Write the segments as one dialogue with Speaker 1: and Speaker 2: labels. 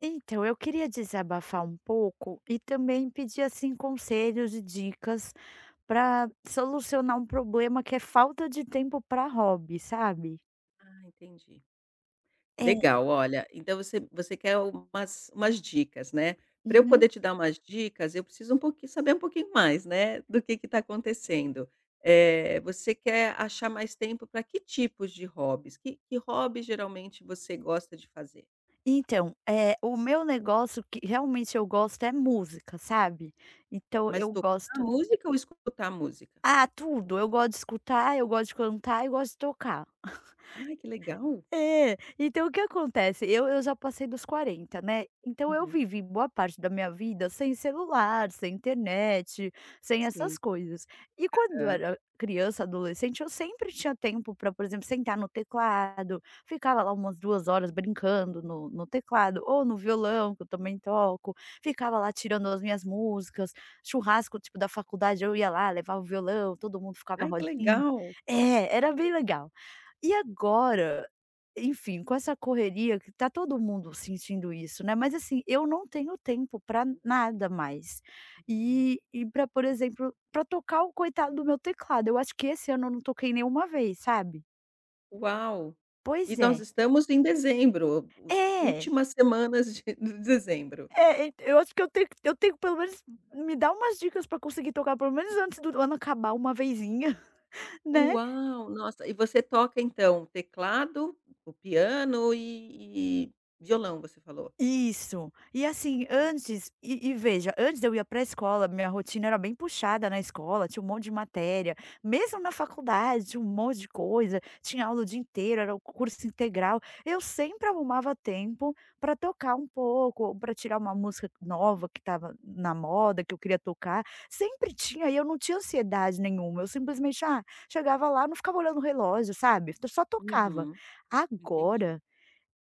Speaker 1: Então, eu queria desabafar um pouco e também pedir assim conselhos e dicas para solucionar um problema que é falta de tempo para hobby, sabe?
Speaker 2: Ah, entendi.
Speaker 1: É,
Speaker 2: Legal, olha, então você quer umas dicas, né. Para eu
Speaker 1: uhum.
Speaker 2: poder te dar umas dicas, eu preciso um pouquinho saber um pouquinho mais, né, do que tá acontecendo. Você quer achar mais tempo para que tipos de hobbies? Que hobby geralmente você gosta de fazer?
Speaker 1: Então, é, o meu negócio que realmente eu gosto é música, sabe? Então
Speaker 2: Mas
Speaker 1: eu
Speaker 2: tocar
Speaker 1: gosto.
Speaker 2: música ou escutar música?
Speaker 1: Ah, tudo. Eu gosto de escutar, eu gosto de cantar, eu gosto de tocar.
Speaker 2: Ai, que legal.
Speaker 1: É, então o que acontece? Eu já passei dos 40, né, então eu
Speaker 2: Uhum.
Speaker 1: vivi boa parte da minha vida sem celular, sem internet, sem
Speaker 2: Sim.
Speaker 1: essas coisas. E quando eu
Speaker 2: Ah.
Speaker 1: era criança, adolescente, eu sempre tinha tempo para, por exemplo, sentar no teclado, ficava lá umas 2 horas brincando no teclado ou no violão, que eu também toco, ficava lá tirando as minhas músicas, churrasco, tipo, da faculdade, eu ia lá, levava o violão, todo mundo ficava
Speaker 2: Ai, que
Speaker 1: rodinha.
Speaker 2: legal.
Speaker 1: É, era bem legal. E agora enfim, com essa correria que tá todo mundo sentindo isso, né, mas assim, eu não tenho tempo para nada mais. E para, por exemplo, para tocar o coitado do meu teclado, eu acho que esse ano eu não toquei nenhuma vez, sabe.
Speaker 2: Uau! E
Speaker 1: Pois
Speaker 2: nós
Speaker 1: é.
Speaker 2: estamos em dezembro, u
Speaker 1: É,
Speaker 2: últimas semanas de de dezembro.
Speaker 1: é, e eu acho que eu tenho que pelo menos me dar umas dicas para conseguir tocar pelo menos antes do ano acabar uma vezinha, né.
Speaker 2: Uau! Nossa, e você toca então teclado, o piano e violão, você falou?
Speaker 1: Isso. E assim,
Speaker 2: Ah,
Speaker 1: antes e veja, antes eu ia para a escola, minha rotina era bem puxada na escola, tinha um monte de matéria, mesmo na faculdade tinha um monte de coisa, tinha aula o dia inteiro, era o curso integral, eu sempre arrumava tempo para tocar um pouco, para tirar uma música nova que estava na moda, que eu queria tocar, sempre tinha e eu não tinha ansiedade nenhuma, eu simplesmente, ah, chegava lá, não ficava olhando o relógio, sabe, eu só tocava.
Speaker 2: uhum, entendi.
Speaker 1: Agora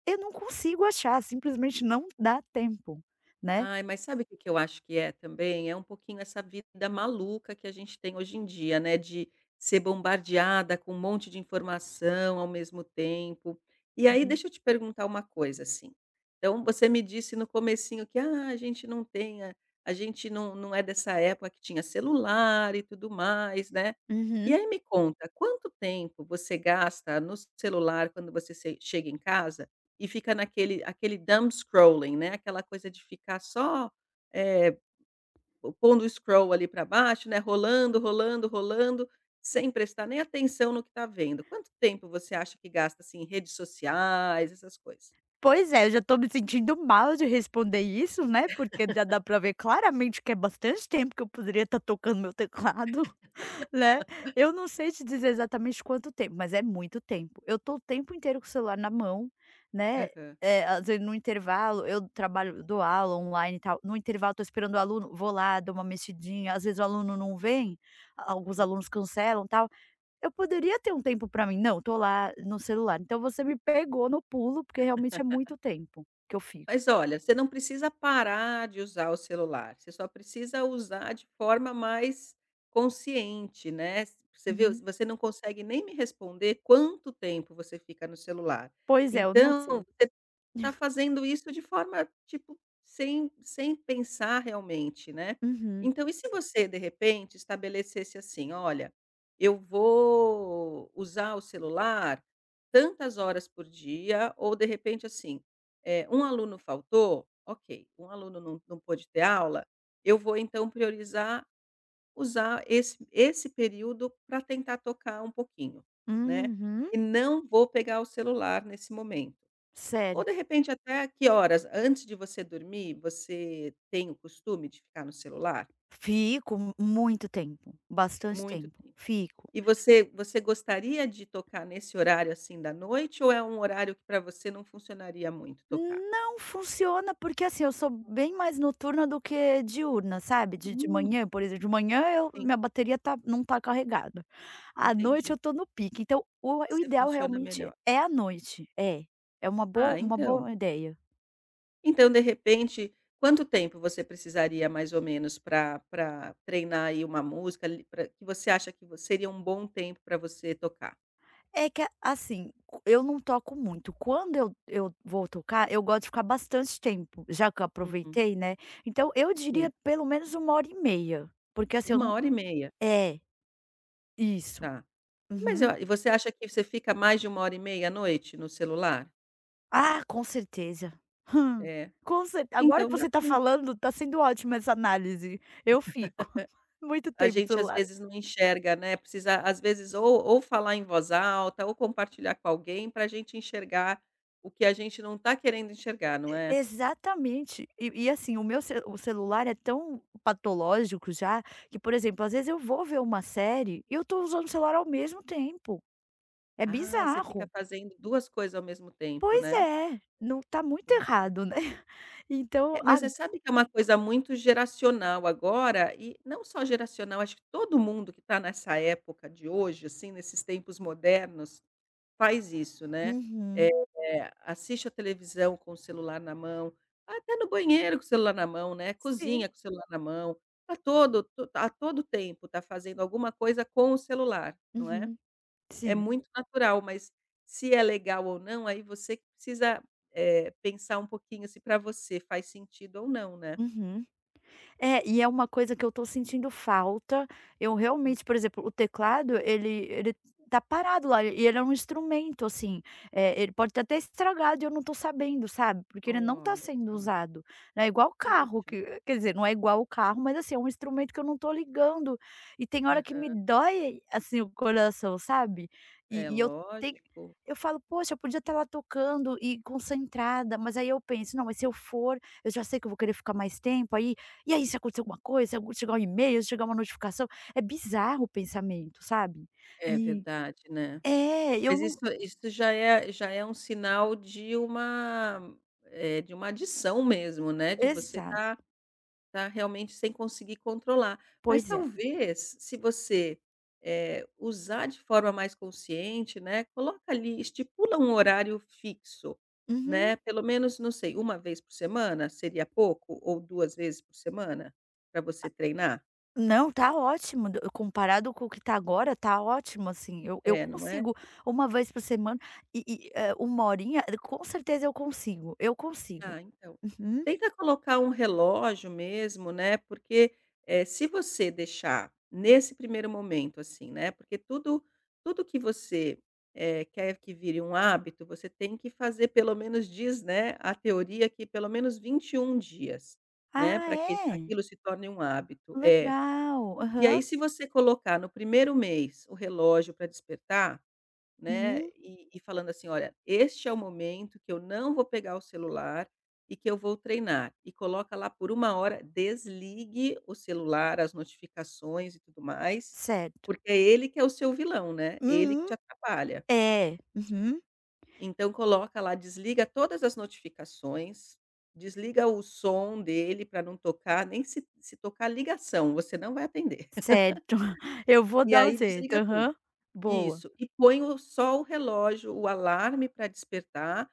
Speaker 1: eu não consigo achar, simplesmente não dá tempo, né.
Speaker 2: Ai, mas sabe o que que eu acho que é também? É um pouquinho essa vida maluca que a gente tem hoje em dia, né, de ser bombardeada com um monte de informação ao mesmo tempo. E aí
Speaker 1: Uhum.
Speaker 2: deixa eu te perguntar uma coisa, assim, então você me disse no comecinho que: "Ah, a gente não tem a gente não é dessa época que tinha celular e tudo mais", né. E
Speaker 1: Uhum.
Speaker 2: aí me conta, quanto tempo você gasta no celular quando você se chega em casa? E fica naquele aquele dumb scrolling, né, aquela coisa de ficar só, eh, pondo o scroll ali para baixo, né, rolando, rolando, rolando, sem prestar nem atenção no que está vendo. Quanto tempo você acha que gasta, assim, em redes sociais, essas coisas?
Speaker 1: Pois é, eu já tô me sentindo mal de responder isso, né, porque já dá pra ver claramente que é bastante tempo que eu poderia estar tocando meu teclado, né. Eu não sei te dizer exatamente quanto tempo, mas é muito tempo. Eu tô o tempo inteiro com o celular na mão, né,
Speaker 2: Aham.
Speaker 1: às vezes no intervalo eu trabalho, dou aula online e tal, no intervalo tô esperando o aluno, vou lá, dou uma mexidinha, às vezes o aluno não vem, alguns
Speaker 2: Uhum.
Speaker 1: alunos cancelam tal. Eu poderia ter um tempo pra mim. Não, tô lá no celular. Então você me pegou no pulo, porque realmente é muito tempo que eu fico.
Speaker 2: Mas olha, você não precisa parar de usar o celular, você só precisa usar de forma mais consciente, né. Você viu,
Speaker 1: Uhum.
Speaker 2: você não consegue nem me responder quanto tempo você fica no celular.
Speaker 1: Pois é, eu não
Speaker 2: Então
Speaker 1: sei.
Speaker 2: você tá fazendo isso de forma, tipo, sem pensar realmente, né.
Speaker 1: Uhum.
Speaker 2: Então e se você, de repente, estabelecesse assim: "Olha, eu vou usar o celular tantas horas por dia", ou de repente assim, um aluno faltou, ok, um aluno não pôde ter aula, eu vou então priorizar usar esse período para tentar tocar um pouquinho, né,
Speaker 1: Uhum.
Speaker 2: e não vou pegar o celular nesse momento. Ou
Speaker 1: Sério.
Speaker 2: de repente até que horas antes de você dormir, você tem o costume de ficar no celular?
Speaker 1: Fico muito tempo, bastante
Speaker 2: Muito
Speaker 1: tempo.
Speaker 2: tempo.
Speaker 1: Fico.
Speaker 2: E você gostaria de tocar nesse horário, assim, da noite ou é um horário que para você não funcionaria muito tocar?
Speaker 1: Não funciona, porque assim, eu sou bem mais noturna do que diurna, sabe. De
Speaker 2: Hum,
Speaker 1: manhã, por exemplo, de manhã eu,
Speaker 2: sim,
Speaker 1: minha bateria tá, não tá carregada. À noite
Speaker 2: entendi.
Speaker 1: eu tô no pique, então o
Speaker 2: Você
Speaker 1: ideal
Speaker 2: funciona
Speaker 1: realmente
Speaker 2: melhor.
Speaker 1: é à noite. É, é uma
Speaker 2: Ah,
Speaker 1: boa, uma
Speaker 2: então.
Speaker 1: boa ideia.
Speaker 2: Então, de repente, quanto tempo você precisaria mais ou menos para treinar aí uma música ali pra que você acha que vo seria um bom tempo para você tocar?
Speaker 1: É que assim, eu não toco muito. Quando eu vou tocar, eu gosto de ficar bastante tempo, já que eu
Speaker 2: Uhum,
Speaker 1: aproveitei, né. Então eu
Speaker 2: sim.
Speaker 1: diria pelo menos uma hora e meia, porque assim eu
Speaker 2: uma
Speaker 1: não,
Speaker 2: hora e meia,
Speaker 1: é, isso.
Speaker 2: tá. Mas eu
Speaker 1: Uhum.
Speaker 2: a E você acha que você fica mais de 1 hora e meia à noite no celular?
Speaker 1: Ah, com certeza. Hum,
Speaker 2: É.
Speaker 1: com cer agora que
Speaker 2: Então dá
Speaker 1: você tá
Speaker 2: tempo.
Speaker 1: falando, tá sendo ótima essa análise. Eu fico muito
Speaker 2: A
Speaker 1: tempo no
Speaker 2: gente às
Speaker 1: celular.
Speaker 2: vezes não enxerga, né, precisa às vezes ou falar em voz alta ou compartilhar com alguém pra gente enxergar o que a gente não tá querendo enxergar, não é?
Speaker 1: Exatamente. E assim, o meu ce o celular é tão patológico já, que, por exemplo, às vezes eu vou ver uma série e eu tô usando o celular ao mesmo tempo. É
Speaker 2: Ai, você fica
Speaker 1: bizarro.
Speaker 2: fazendo 2 coisas ao mesmo tempo,
Speaker 1: Pois
Speaker 2: né.
Speaker 1: é, não tá muito
Speaker 2: Pois é.
Speaker 1: errado, né. Então
Speaker 2: É, mas
Speaker 1: a.
Speaker 2: você sabe que é uma coisa muito geracional agora e não só geracional, acho que todo mundo que tá nessa época de hoje, assim, nesses tempos modernos faz isso, né. Eh,
Speaker 1: Uhum.
Speaker 2: assiste a televisão com o celular na mão, até no banheiro com o celular na mão, né,
Speaker 1: Sim.
Speaker 2: cozinha com o celular na mão, a todo tempo tá fazendo alguma coisa com o celular, não é.
Speaker 1: Uhum.
Speaker 2: É
Speaker 1: Sim.
Speaker 2: muito natural, mas se é legal ou não, aí você que precisa, pensar um pouquinho se para você faz sentido ou não, né.
Speaker 1: Uhum. É, e é uma coisa que eu tô sentindo falta. Eu
Speaker 2: Hum,
Speaker 1: realmente, por exemplo, o teclado, ele tá parado lá, e ele é um instrumento, assim, ele pode estar até estragado e eu não tô sabendo, sabe, porque ele não tá
Speaker 2: olha
Speaker 1: sendo
Speaker 2: só,
Speaker 1: usado, né, igual o carro,
Speaker 2: puxa.
Speaker 1: que quer dizer, não é igual o carro, mas, assim, é um instrumento que eu não tô ligando, e tem hora que me
Speaker 2: Aham.
Speaker 1: dói, assim, o coração, sabe.
Speaker 2: É,
Speaker 1: E eu tenho,
Speaker 2: lógico.
Speaker 1: eu falo: "Poxa, eu podia estar lá tocando e concentrada", mas aí eu penso: "Não, mas se eu for, eu já sei que eu vou querer ficar mais tempo, aí e aí se acontecer alguma coisa, se chegar um e-mail, se chegar uma notificação, é bizarro o pensamento, sabe."
Speaker 2: É
Speaker 1: E
Speaker 2: verdade, né.
Speaker 1: é, eu
Speaker 2: Mas isso
Speaker 1: não,
Speaker 2: isso já é um sinal de uma, adição mesmo, né, de você
Speaker 1: exato,
Speaker 2: estar tá realmente sem conseguir controlar. Mas
Speaker 1: pois é.
Speaker 2: talvez se você, usar de forma mais consciente, né, coloca ali, estipula um horário fixo,
Speaker 1: Uhum.
Speaker 2: né, pelo menos, não sei, uma vez por semana, seria pouco? Ou 2 vezes por semana para você treinar?
Speaker 1: Não, tá ótimo, do comparado com o que tá agora, tá ótimo, assim, eu
Speaker 2: É, não é?
Speaker 1: consigo uma vez por semana e, uma horinha, com certeza eu consigo, eu consigo.
Speaker 2: Ah, então.
Speaker 1: Uhum.
Speaker 2: Tenta colocar um relógio mesmo, né, porque, se você deixar nesse primeiro momento, assim, né, porque tudo que você, quer que vire um hábito, você tem que fazer pelo menos diz, né, a teoria que pelo menos 21 dias, né,
Speaker 1: Ah,
Speaker 2: para que
Speaker 1: é?
Speaker 2: aquilo se torne um hábito. É.
Speaker 1: Legal.
Speaker 2: E
Speaker 1: Aham.
Speaker 2: aí se você colocar no primeiro mês o relógio para despertar, né,
Speaker 1: Uhum.
Speaker 2: e falando assim: "Olha, este é o momento que eu não vou pegar o celular e que eu vou treinar", e coloca lá por 1 hora, desligue o celular, as notificações e tudo mais,
Speaker 1: Certo.
Speaker 2: porque é ele que é o seu vilão, né, ele que
Speaker 1: Uhum.
Speaker 2: te atrapalha.
Speaker 1: É. Uhum.
Speaker 2: Então coloca lá, desliga todas as notificações, desliga o som dele para não tocar, nem se tocar ligação, você não vai atender.
Speaker 1: Certo, eu vou
Speaker 2: E
Speaker 1: dar um
Speaker 2: aí
Speaker 1: jeito.
Speaker 2: desliga tudo.
Speaker 1: Aham. Boa.
Speaker 2: Isso, e põe o só o relógio, o alarme para despertar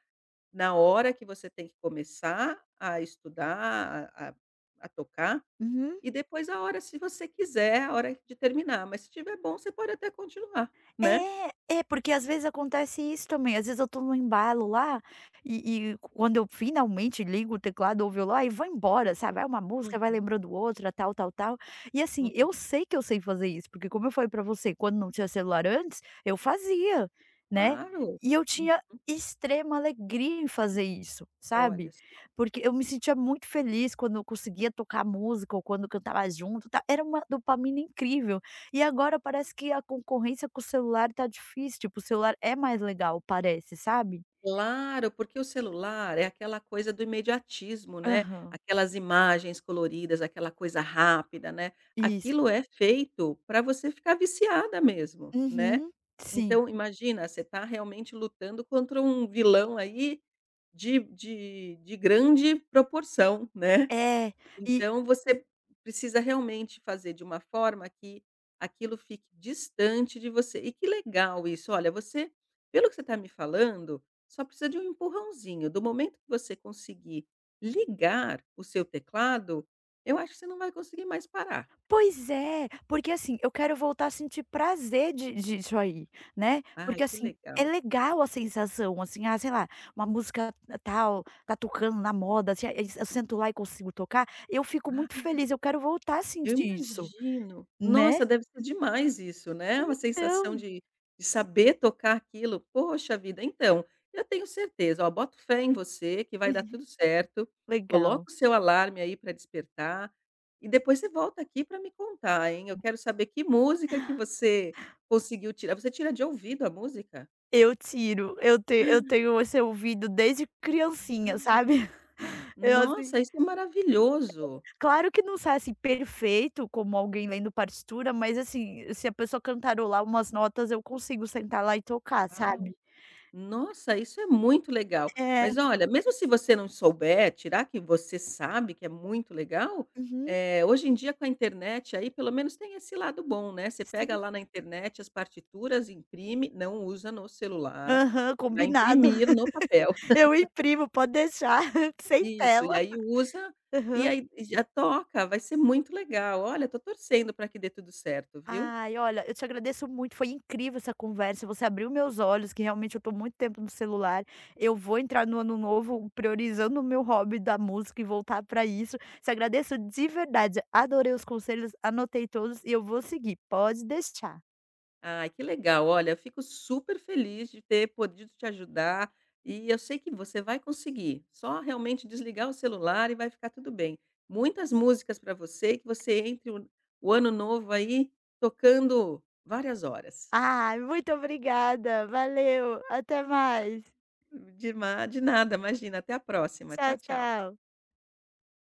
Speaker 2: na hora que você tem que começar a estudar, a tocar,
Speaker 1: Uhum.
Speaker 2: e depois a hora, se você quiser, a hora de terminar, mas se tiver bom, você pode até continuar, né?
Speaker 1: É, é porque às vezes acontece isso também, às vezes eu tô no embalo lá, e quando eu finalmente ligo o teclado ou o violão, aí vai embora, sabe, vai uma música, vai
Speaker 2: Uhum,
Speaker 1: lembrando outra, tal, tal, tal. E assim, eu
Speaker 2: uhum.
Speaker 1: sei que eu sei fazer isso, porque como eu falei pra você, quando não tinha celular antes, eu fazia, né,
Speaker 2: Claro.
Speaker 1: e eu
Speaker 2: Hum,
Speaker 1: tinha extrema alegria em fazer isso,
Speaker 2: olha
Speaker 1: sabe,
Speaker 2: só.
Speaker 1: porque eu me sentia muito feliz quando eu conseguia tocar música ou quando eu cantava junto, ta, era uma dopamina incrível. E agora parece que a concorrência com o celular tá difícil, tipo, o celular é mais legal, parece, sabe?
Speaker 2: Claro, porque o celular é aquela coisa do imediatismo, né,
Speaker 1: Aham.
Speaker 2: aquelas imagens coloridas, aquela coisa rápida, né,
Speaker 1: Isso.
Speaker 2: aquilo é feito para você ficar viciada mesmo, né.
Speaker 1: Uhum. Sim.
Speaker 2: Então imagina, você está realmente lutando contra um vilão aí de grande proporção, né.
Speaker 1: É. E
Speaker 2: Então você precisa realmente fazer de uma forma que aquilo fique distante de você. E que legal isso, olha, você pelo que você está me falando, só precisa de um empurrãozinho, do momento que você conseguir ligar o seu teclado, eu acho que você não vai conseguir mais parar.
Speaker 1: pois é, porque, assim, eu quero voltar a sentir prazer de disso aí, né,
Speaker 2: Ai,
Speaker 1: porque,
Speaker 2: que
Speaker 1: assim, é
Speaker 2: legal.
Speaker 1: legal a sensação, assim, ah, sei lá, uma música tal tá tocando na moda, assim, aí eu sento lá e consigo tocar, eu fico muito
Speaker 2: Ah.
Speaker 1: feliz, eu quero voltar a
Speaker 2: Eu
Speaker 1: sentir isso,
Speaker 2: imagino.
Speaker 1: né.
Speaker 2: Nossa, deve ser demais isso, né, uma sensação
Speaker 1: Então,
Speaker 2: de saber tocar aquilo. Poxa vida, então, eu tenho certeza, ó, boto fé em você que vai dar tudo certo, coloca
Speaker 1: legal.
Speaker 2: o seu alarme aí para despertar, e depois você volta aqui para me contar, hein. Eu quero saber que música que você conseguiu tirar. Você tira de ouvido a música?
Speaker 1: Eu tiro, eu tenho esse ouvido desde criancinha,
Speaker 2: Uau!
Speaker 1: sabe. Eu assim,
Speaker 2: Nossa, isso é maravilhoso.
Speaker 1: claro que não sai, assim, perfeito como alguém lendo partitura, mas assim, se a pessoa cantarolar umas notas eu consigo sentar lá e tocar,
Speaker 2: Uau!
Speaker 1: sabe.
Speaker 2: Nossa, isso é muito legal.
Speaker 1: É.
Speaker 2: Mas olha, mesmo se você não souber, tirar que você sabe que é muito legal,
Speaker 1: Uhum.
Speaker 2: hoje em dia com a internet aí pelo menos tem esse lado bom, né, você pega
Speaker 1: Sim.
Speaker 2: lá na internet as partituras, imprime, não usa no celular,
Speaker 1: Aham,
Speaker 2: vai
Speaker 1: combinado.
Speaker 2: imprimir no papel.
Speaker 1: Eu imprimo, pode deixar, sem
Speaker 2: Isso, e
Speaker 1: tela.
Speaker 2: aí usa, e
Speaker 1: Aham.
Speaker 2: aí já toca, vai ser muito legal. Olha, tô torcendo para que dê tudo certo, viu?
Speaker 1: Ai, olha, eu te agradeço muito, foi incrível essa conversa, você abriu meus olhos, que realmente eu tô muito tempo no celular. Eu vou entrar no ano novo priorizando o meu hobby da música e voltar pra isso. Te agradeço de verdade, adorei os conselhos, anotei todos e eu vou seguir, pode deixar.
Speaker 2: Ai, que legal. Olha, eu fico super feliz de ter podido te ajudar e eu sei que você vai conseguir. Só realmente desligar o celular e vai ficar tudo bem. Muitas músicas para você, que você entre o ano novo aí tocando várias horas.
Speaker 1: Ai, muito obrigada, valeu, até mais.
Speaker 2: De, de nada, imagina. Até a próxima. Tchau,
Speaker 1: Tchau,
Speaker 2: tchau.
Speaker 1: tchau.